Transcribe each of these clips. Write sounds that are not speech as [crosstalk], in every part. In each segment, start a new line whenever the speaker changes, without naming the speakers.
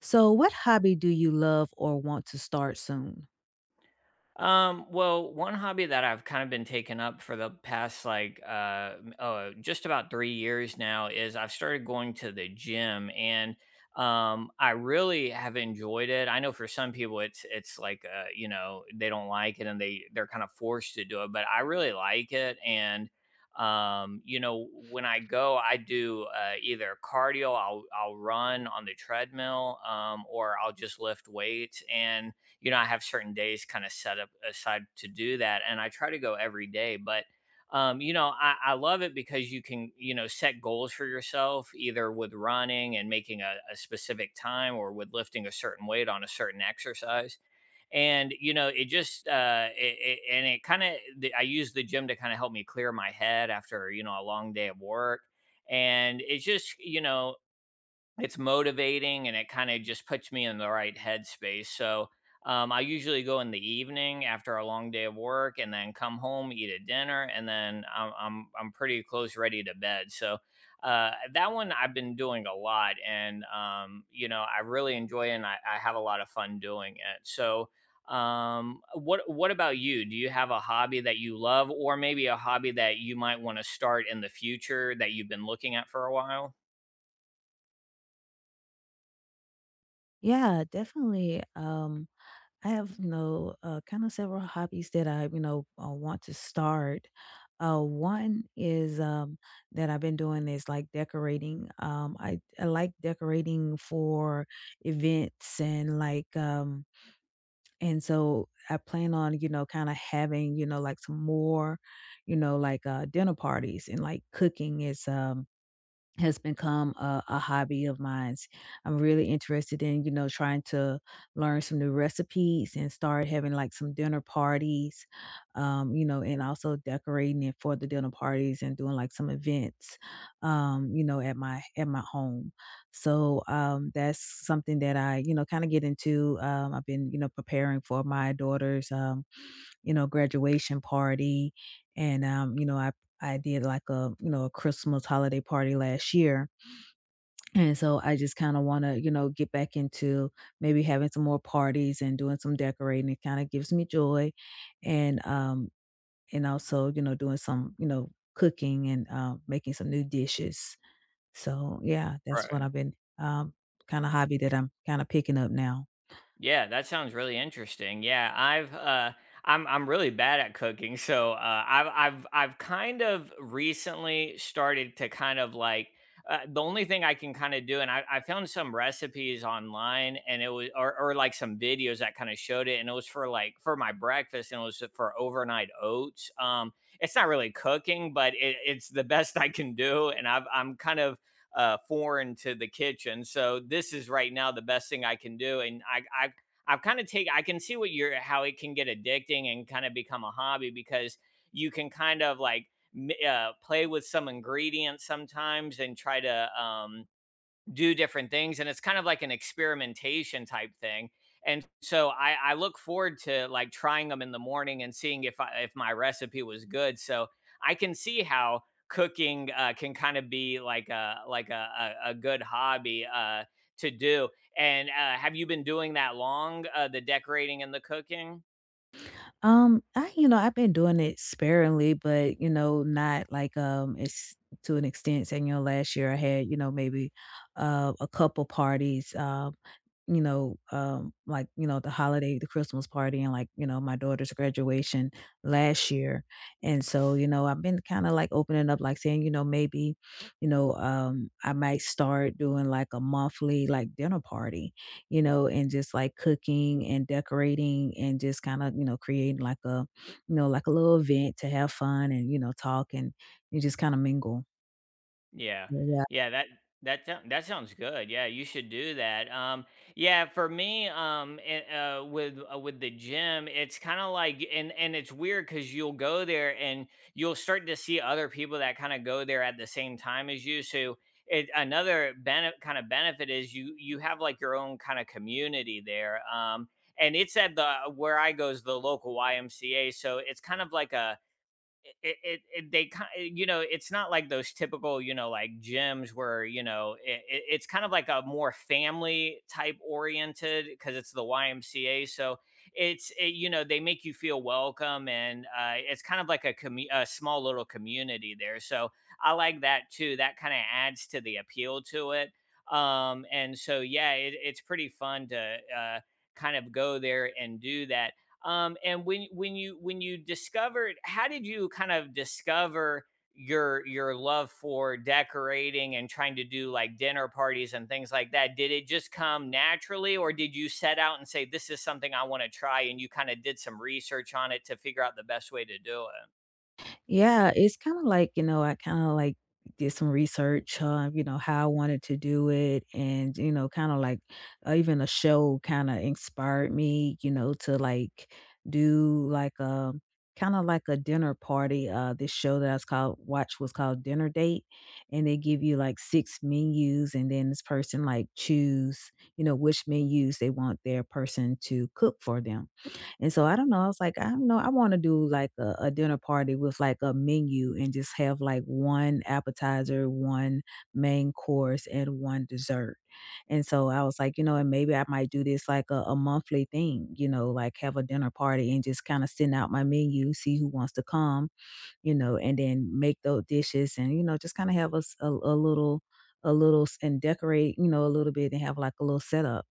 So, what hobby do you love or want to start soon?
Well, one hobby that I've kind of been taking up for the past like just about 3 years now is I've started going to the gym, and I really have enjoyed it. I know for some people it's like, you know, they don't like it, and they're kind of forced to do it, but I really like it. And when I go, I do either cardio. I'll run on the treadmill, or I'll just lift weights. And I have certain days kind of set up aside to do that. And I try to go every day. But I love it because you can, set goals for yourself either with running and making a specific time, or with lifting a certain weight on a certain exercise. And, you know, it just, it, it, and it kind of, I use the gym to kind of help me clear my head after, a long day of work. And it's just, you know, It's motivating, and it kind of just puts me in the right headspace. So I usually go in the evening after a long day of work, and then come home, eat a dinner, and then I'm pretty close ready to bed. So that one I've been doing a lot, and I really enjoy it, and I have a lot of fun doing it. So what about you? Do you have a hobby that you love, or maybe a hobby that you might want to start in the future that you've been looking at for a while?
Yeah, definitely. I have, you know, kind of several hobbies that I, you know, want to start. One is that I've been doing is like decorating. I like decorating for events and like, and so I plan on, you know, kind of having, you know, like some more, you know, like dinner parties. And like cooking is, has become a hobby of mine. I'm really interested in, you know, trying to learn some new recipes and start having like some dinner parties, you know, and also decorating it for the dinner parties and doing like some events, you know, at my home. So that's something that I, you know, kind of get into. I've been, you know, preparing for my daughter's, you know, graduation party, and, you know, I did like a, you know, a Christmas holiday party last year, and so I just kinda wanna, you know, get back into maybe having some more parties and doing some decorating. It kinda gives me joy, and, um, and also, you know, doing some, you know, cooking and, making some new dishes. So, yeah, that's what
Right.
I've been, um, kinda hobby that I'm kinda picking up now.
Yeah, that sounds really interesting. Yeah, I'm really bad at cooking, so I've kind of recently started to kind of like, the only thing I can kind of do, and I found some recipes online, and it was or like some videos that kind of showed it, and it was for like for my breakfast, and it was for overnight oats. It's not really cooking, but it's the [laughs] best I can do, and I'm kind of foreign to the kitchen. So this is right now the best thing I can do, and I I've kind of take I can see what you're how it can get addicting and kind of become a hobby, because you can kind of like play with some ingredients sometimes and try to do different things, and it's kind of like an experimentation type thing. And so I look forward to like trying them in the morning and seeing if my recipe was good. So I can see how cooking can kind of be like a good hobby to do. And have you been doing that long, the decorating and the cooking?
I you know, I've been doing it sparingly, but you know, not like it's to an extent saying, you know, last year I had, you know, maybe a couple parties, you know, like, you know, the holiday, the Christmas party and like, you know, my daughter's graduation last year. And so, you know, I've been kind of like opening up, like saying, you know, maybe, you know, I might start doing like a monthly like dinner party, you know, and just like cooking and decorating and just kind of, you know, creating like a, you know, like a little event to have fun and, you know, talk and, you just kind of mingle.
Yeah.
Yeah.
Yeah, that sounds good. Yeah, you should do that. Yeah, for me, with the gym, it's kind of like, and it's weird cuz you'll go there and you'll start to see other people that kind of go there at the same time as you. So it another benefit kind of benefit is you have like your own kind of community there. And it's at the where I goes, the local YMCA. So it's kind of like a, it they kind it's not like those typical, like gyms where, it's kind of like a more family type oriented because it's the YMCA. So they make you feel welcome, and it's kind of like a a small little community there. So I like that too. That kind of adds to the appeal to it. And so Yeah, it's pretty fun to kind of go there and do that. And when you discovered how did you kind of discover your love for decorating and trying to do like dinner parties and things like that? Did it just come naturally, or did you set out and say this is something I want to try, and you kind of did some research on it to figure out the best way to do it?
Yeah, it's kinda like, you know, I kinda, like, did some research on, you know, how I wanted to do it and, you know, kinda, like, even a show kinda inspired me, you know, to, like, do, like, a kinda like a dinner party. This show that I was called Watch was called Dinner Date, and they give you, like, 6 menus, and then this person, like, choose, you know, which menus they want their person to cook for them. And so I don't know. I was like, I don't know. I want to do like a dinner party with like a menu and just have like one appetizer, one main course, and one dessert. And so I was like, you know, and maybe I might do this like a monthly thing, you know, like have a dinner party and just kind of send out my menu, see who wants to come, you know, and then make those dishes and, you know, just kind of have us a little, and decorate, you know, a little bit and have like a little setup.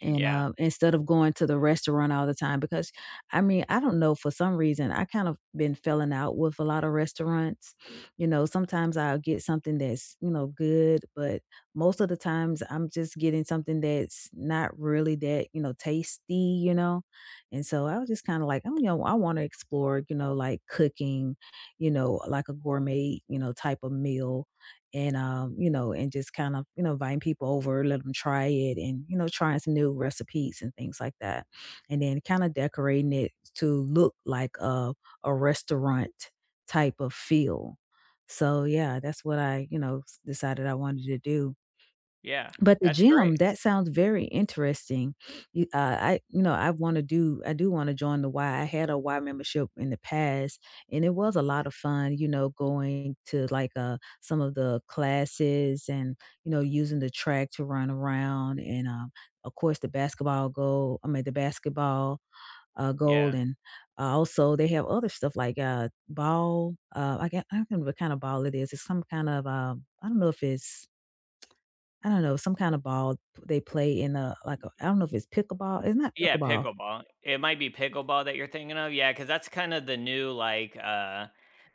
And,
Yeah.
instead of going to the restaurant all the time because, I mean, I don't know, for some reason, I kind of been felling out with a lot of restaurants. You know, sometimes I'll get something that's, you know, good, but most of the times I'm just getting something that's not really that, you know, tasty, you know? And so I was just kinda like, I'm you know, I wanna explore, you know, like, cooking, you know, like a gourmet, you know, type of meal. And you know, and just kind of, you know, inviting people over, let them try it and, you know, trying some new recipes and things like that. And then kind of decorating it to look like a restaurant type of feel. So yeah, that's what I, you know, decided I wanted to do.
Yeah,
But the
that's great.
gym, that sounds very interesting. I, you know, I do want to join the Y. I had a Y membership in the past, and it was a lot of fun. You know, going to like some of the classes, and you know, using the track to run around, and of course, the basketball goal. I mean, the basketball
Yeah.
goal, and also they have other stuff like ball. I can't remember what kind of ball it is. It's some kind of, I don't know if it's, I don't know, some kind of ball they play in a, like a, I don't know if it's pickleball. It's not
Yeah,
pickleball.
pickleball. It might be pickleball that you're thinking of. Yeah, because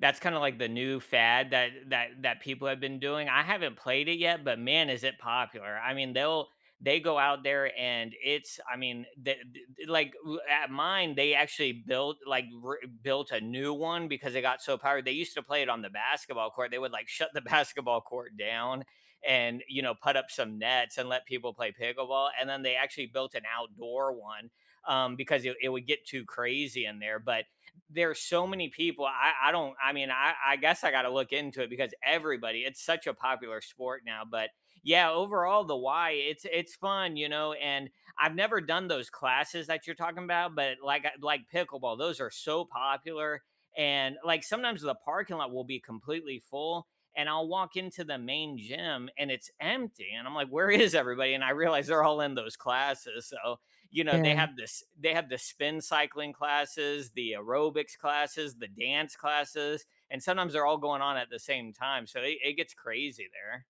that's kinda like the new fad that that people have been doing. I haven't played it yet, but man, is it popular. I mean, they go out there, and it's I mean, the like, w at mine, they actually built, like, r built a new one because it got so powered. They used to play it on the basketball court. They would, like, shut the [laughs] basketball court down, and put up some nets and let people play pickleball, and then they actually built an outdoor one, because it would get too crazy in there. But there's so many people. I don't I mean, I guess I got to look into it because everybody, it's such a popular sport now. But yeah, overall the why, it's fun, and I've never done those classes that you're talking about, but like pickleball, those are so popular. And like sometimes the parking lot will be completely full, and I'll walk into the main gym and it's empty. And I'm like, where is everybody? And I realize they're all in those classes. So,
Yeah.
they have the spin cycling classes, the aerobics classes, the dance classes, and sometimes they're all going on at the same time. So it gets crazy there.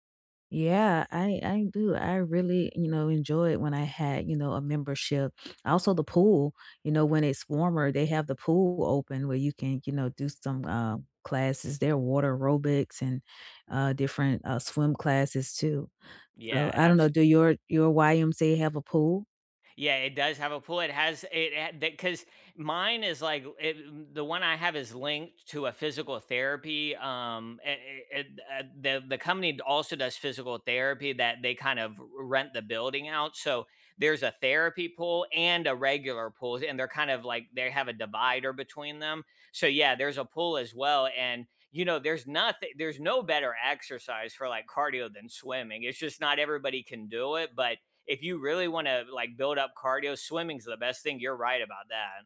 Yeah, I do. I really, you know, enjoy it when I had, you know, a membership. Also the pool, you know, when it's warmer, they have the pool open where you can, you know, do some classes. There are water aerobics and different swim classes too. So I
Yeah.
don't know, do your YMCA have a pool?
Yeah, it does have a pool. It has it because mine is like it, the one I have is linked to a physical therapy. The company also does physical therapy that they kind of rent the building out. So there's a therapy pool and a regular pool, and they're kind of like they have a divider between them. So yeah, there's a pool as well. And there's no better exercise for like cardio than swimming. It's just not everybody can do it. But if you really want to like build up cardio, swimming's the best thing. You're right about that.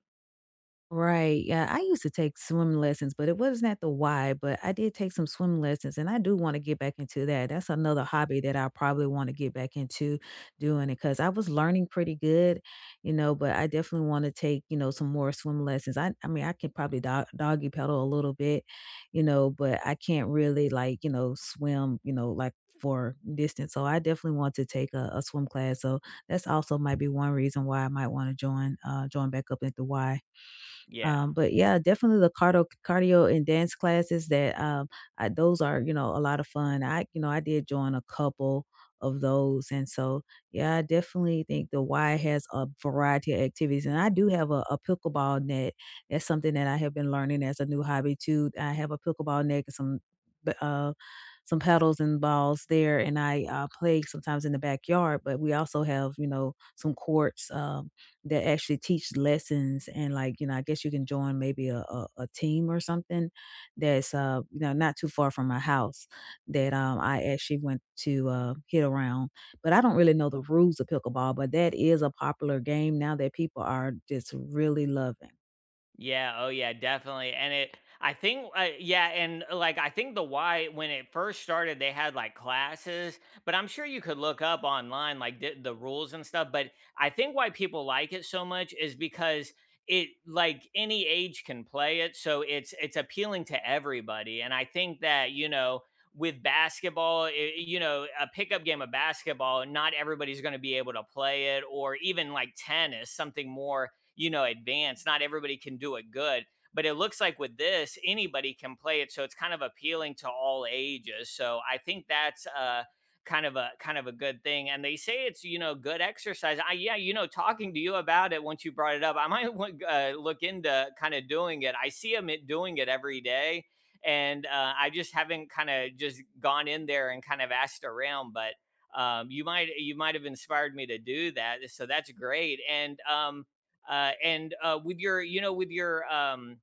Right, yeah, I used to take swim lessons, but it wasn't at the Y, but I did take some swim lessons, and I do wanna get back into that. That's another hobby that I probably wanna get back into doing it because I was learning pretty good, you know, but I definitely wanna take, you know, some more swim lessons. I mean, I can probably doggy paddle a little bit, you know, but I can't really, like, you know, swim, you know, like, for distance, so I definitely want to take a swim class, so that's also might be one reason why I might wanna join back up at the Y.
Yeah.
But yeah, definitely the cardio and dance classes that I, those are, you know, a lot of fun. I, you know, I did join a couple of those. And so yeah, I definitely think the Y has a variety of activities. And I do have a pickleball net. That's something that I have been learning as a new hobby too. I have a pickleball net and some b- uh paddles and balls there and I play sometimes in the backyard, but we also have, you know, some courts. That actually teach lessons. And like, you know, I guess you can join maybe a team or something that's you know, not too far from my house that I actually went to hit around. But I don't really know the rules of pickleball. But that is a popular game now that people are just really loving.
Yeah, oh yeah, definitely. And it I think, yeah, and like I think the why, when it first started, they had like classes, but I'm sure you could look up online like the rules and stuff. But I think why people like it so much is because it like any age can play it, so it's appealing to everybody. And I think that, with basketball, a pickup game of basketball, not everybody's going to be able to play it, or even like tennis, something more, advanced. Not everybody can do it good. But it looks like with this, anybody can play it, so it's kind of appealing to all ages. So I think that's, kind of a good thing. And they say it's, good exercise. I Yeah, talking to you about it, once you brought it up, I might [laughs] look into kind of doing it. I see them doing it every day, and I just haven't kind of just gone in there and kind of asked around. But you might have inspired me to do that, so that's great. And with your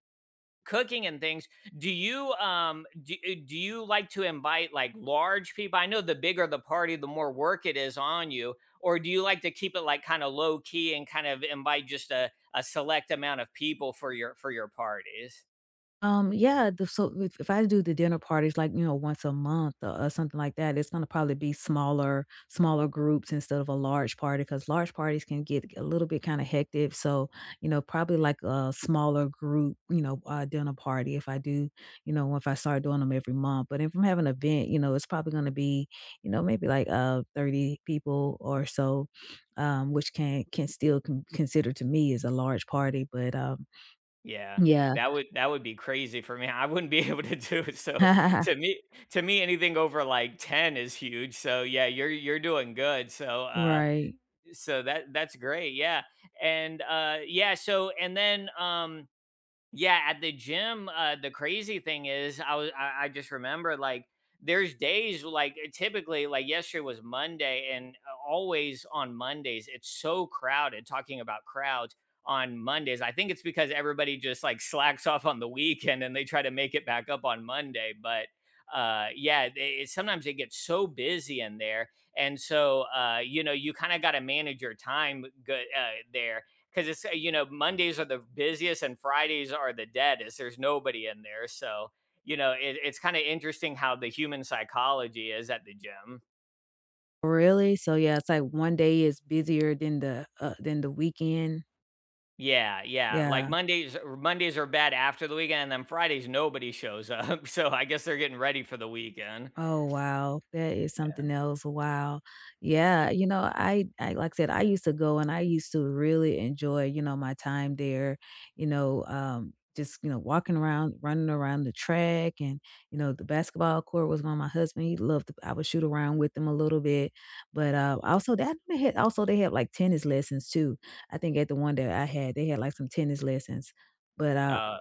cooking and things, do you like to invite like large people? I know the bigger the party, the more work it is on you. Or do you like to keep it like kind of low key and kind of invite just a select amount of people for your parties?
Yeah, the so if I do the dinner parties, like, you know, once a month or something like that, it's gonna probably be smaller groups instead of a large party. Cause large parties can get a little bit kinda hectic, so, you know, probably like a smaller group, you know, dinner party if I do, you know, if I start doing them every month, but if I'm having an event, you know, it's probably gonna be, you know, maybe like, 30 people or so, which can still consider to me as a large party, but,
Yeah.
yeah.
That would be crazy for me. [laughs] I wouldn't be able to do it. So
[laughs]
to me to me anything over like 10 is huge. So yeah, you're doing good. So
Right.
that's great. Yeah. and yeah so and then Yeah, at the gym, the crazy thing is, I just remember like there's days like, typically like yesterday was Monday. And always on Mondays it's so crowded, talking about crowds on Mondays. I think it's because everybody just like slacks off on the weekend and they try to make it back up on Monday. But yeah, sometimes it gets so busy in there. And so you kind of got to manage your time good there, because it's you know Mondays are the busiest and Fridays are the deadest. There's nobody in there. So it's kind of interesting how the human psychology is at the gym.
Really? So, yeah, it's like one day is busier than than the weekend?
Yeah, yeah. Like
Yeah.
Mondays, Mondays are bad after the weekend, and then Fridays nobody shows up. [laughs] So I guess they're getting ready for the weekend.
Oh, wow. That is
Yeah.
something else. Wow. Yeah, you know, I like I said, I used to go and I used to really enjoy, you know, my time there, you know, just, you know, walking around, running around the track and, you know, the basketball court was my husband. He loved to, I would shoot around with him a little bit. But also they had like tennis lessons too. I think at the one that I had, they had like some tennis lessons. But
Uh,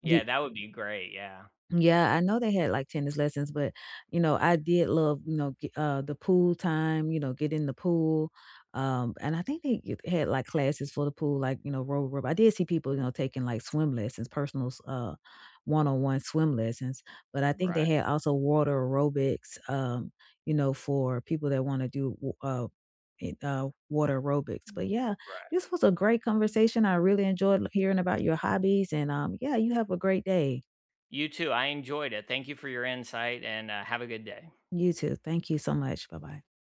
yeah, that would be great. Yeah.
yeah, I know they had like tennis lessons, but you know, I did love, you know, the pool time, you know, get in the pool. And I think they had like classes for the pool, like, you know, row rope. I did see people, you know, taking like swim lessons, personal one-on-one swim lessons. But I think they
Right.
had also water aerobics, you know, for people that want to do water aerobics. But yeah,
Right.
this was a great conversation. I really enjoyed hearing about your hobbies and yeah, you have a great day.
You too. I enjoyed it. Thank you for your insight, and have a good day.
You too. Thank you so much. Bye bye.